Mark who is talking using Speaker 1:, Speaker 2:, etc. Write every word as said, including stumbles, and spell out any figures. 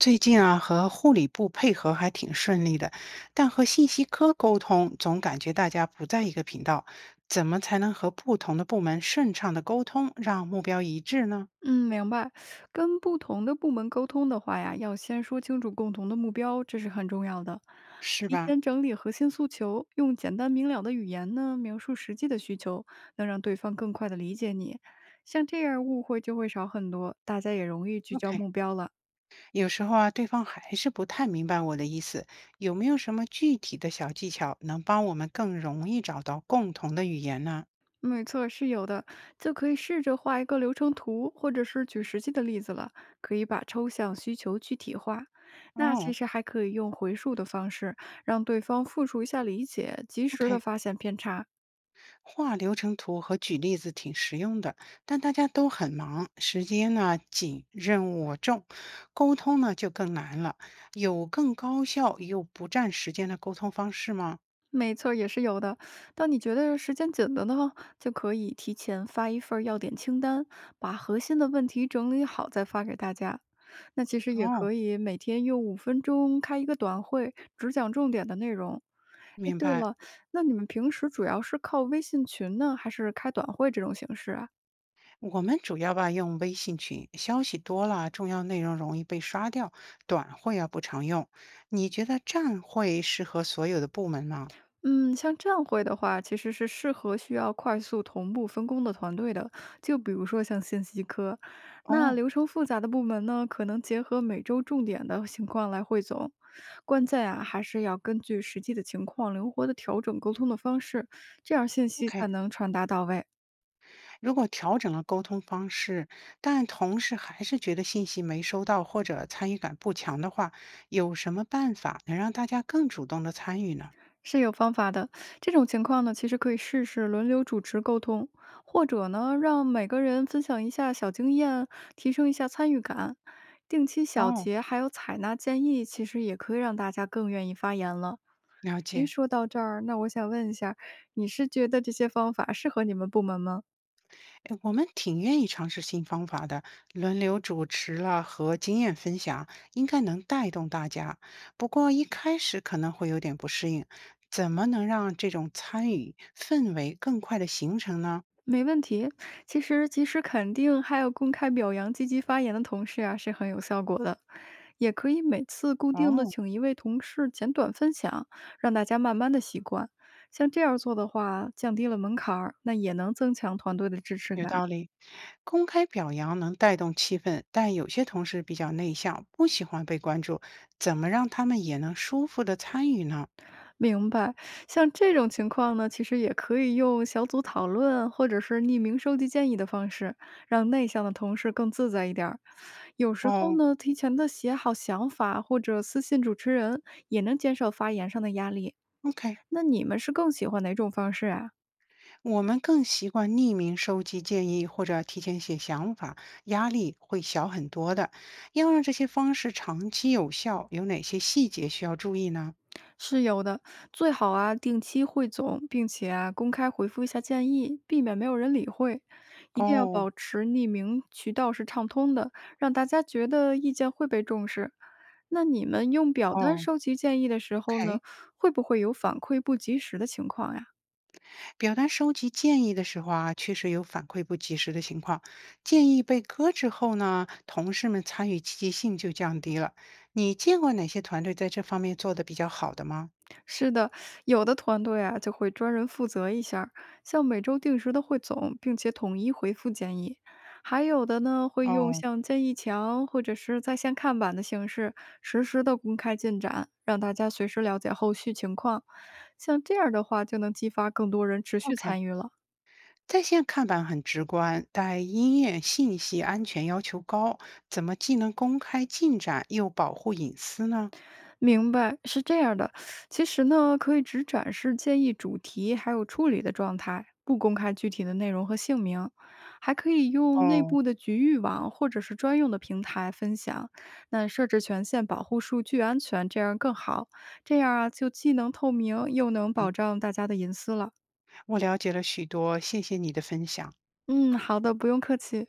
Speaker 1: 最近啊，和护理部配合还挺顺利的，但和信息科沟通，总感觉大家不在一个频道。怎么才能和不同的部门顺畅的沟通，让目标一致呢？
Speaker 2: 嗯，明白。跟不同的部门沟通的话呀，要先说清楚共同的目标，这是很重要的。
Speaker 1: 是
Speaker 2: 提
Speaker 1: 吧
Speaker 2: 前整理核心诉求，用简单明了的语言呢，描述实际的需求，能让对方更快的理解你。像这样，误会就会少很多，大家也容易聚焦
Speaker 1: ？OK，
Speaker 2: 目标了。
Speaker 1: 有时候啊，对方还是不太明白我的意思，有没有什么具体的小技巧能帮我们更容易找到共同的语言呢？
Speaker 2: 没错，是有的，就可以试着画一个流程图，或者是举实际的例子了，可以把抽象需求具体化。那其
Speaker 1: 哦
Speaker 2: 实还可以用回溯的方式，让对方复述一下理解，及时的
Speaker 1: ，OK。
Speaker 2: 发现偏差。
Speaker 1: 画流程图和举例子挺实用的，但大家都很忙，时间呢紧，任务重，沟通呢就更难了。有更高效又不占时间的沟通方式吗？
Speaker 2: 没错儿也是有的。当你觉得时间紧的呢，就可以提前发一份儿要点清单，把核心的问题整理好再发给大家。那其实也
Speaker 1: 哦，
Speaker 2: 可以每天用五分钟开一个短会，只讲重点的内容。哎，
Speaker 1: 明
Speaker 2: 对
Speaker 1: 白。
Speaker 2: 了，那你们平时主要是靠微信群呢，还是开短会这种形式啊？
Speaker 1: 我们主要吧用微信群，消息多了，重要内容容易被刷掉，短会啊不常用。你觉得站会适合所有的部门吗？
Speaker 2: 嗯，像这样会的话，其实是适合需要快速同步分工的团队的。就比如说像信息科，那
Speaker 1: 哦
Speaker 2: 流程复杂的部门呢，可能结合每周重点的情况来汇总。关键啊，还是要根据实际的情况灵活的调整沟通的方式，这样信息
Speaker 1: ，OK。
Speaker 2: 才能传达到位。
Speaker 1: 如果调整了沟通方式，但同事还是觉得信息没收到或者参与感不强的话，有什么办法能让大家更主动的参与呢？
Speaker 2: 是有方法的。这种情况呢，其实可以试试轮流主持沟通，或者呢，让每个人分享一下小经验，提升一下参与感。定期小
Speaker 1: 哦，
Speaker 2: 结还有采纳建议，其实也可以让大家更愿意发言了。
Speaker 1: 了
Speaker 2: 诶，
Speaker 1: 解。
Speaker 2: 说到这儿，那我想问一下，你是觉得这些方法适合你们部门吗？
Speaker 1: 诶，我们挺愿意尝试新方法的，轮流主持了和经验分享，应该能带动大家。不过一开始可能会有点不适应，怎么能让这种参与氛围更快的形成呢？
Speaker 2: 没问题。其实及时肯定还有公开表扬积极发言的同事啊，是很有效果的。也可以每次固定的
Speaker 1: 哦。
Speaker 2: 请一位同事简短分享，让大家慢慢的习惯。像这样做的话，降低了门槛儿，那也能增强团队的支持
Speaker 1: 有
Speaker 2: 感。
Speaker 1: 道理，公开表扬能带动气氛，但有些同事比较内向，不喜欢被关注，怎么让他们也能舒服的参与呢？
Speaker 2: 明白，像这种情况呢，其实也可以用小组讨论或者是匿名收集建议的方式，让内向的同事更自在一点儿。有时候
Speaker 1: 哦
Speaker 2: 呢，提前的写好想法或者私信主持人，也能减少发言上的压力。
Speaker 1: ，OK，
Speaker 2: 那你们是更喜欢哪种方式啊？
Speaker 1: 我们更习惯匿名收集建议或者提前写想法，压力会小很多的。要让这些方式长期有效，有哪些细节需要注意呢？
Speaker 2: 是有的，最好啊定期汇总，并且啊公开回复一下建议，避免没有人理会。一定要
Speaker 1: 哦
Speaker 2: 保持匿名渠道是畅通的，让大家觉得意见会被重视。那你们用表单
Speaker 1: 哦
Speaker 2: 收集建议的时候
Speaker 1: ，OK。
Speaker 2: 呢，会不会有反馈不及时的情况呀？
Speaker 1: 表单收集建议的时候啊，确实有反馈不及时的情况。建议被搁置后呢，同事们参与积极性就降低了。你见过哪些团队在这方面做得比较好的吗？
Speaker 2: 是的，有的团队啊就会专人负责一下儿像每周定时的汇总，并且统一回复建议；还有的呢会用
Speaker 1: 哦
Speaker 2: 像建议墙或者是在线看板的形式，实时的公开进展，让大家随时了解后续情况。像这样儿的话，就能激发更多人持续
Speaker 1: ，OK，
Speaker 2: 参与了。
Speaker 1: 在线看板很直观，但音乐信息安全要求高，怎么既能公开进展又保护隐私呢？
Speaker 2: 明白，是这样的。其实呢，可以只展示建议主题还有处理的状态，不公开具体的内容和姓名。还可以用内
Speaker 1: 哦，
Speaker 2: 部的局域网或者是专用的平台分享。那设置权限保护数据安全，这样更好。这样啊，就既能透明，又能
Speaker 1: OK，
Speaker 2: 保障大家的隐私了。
Speaker 1: 我了解了许多，谢谢你的分享。
Speaker 2: 嗯，好的，不用客气。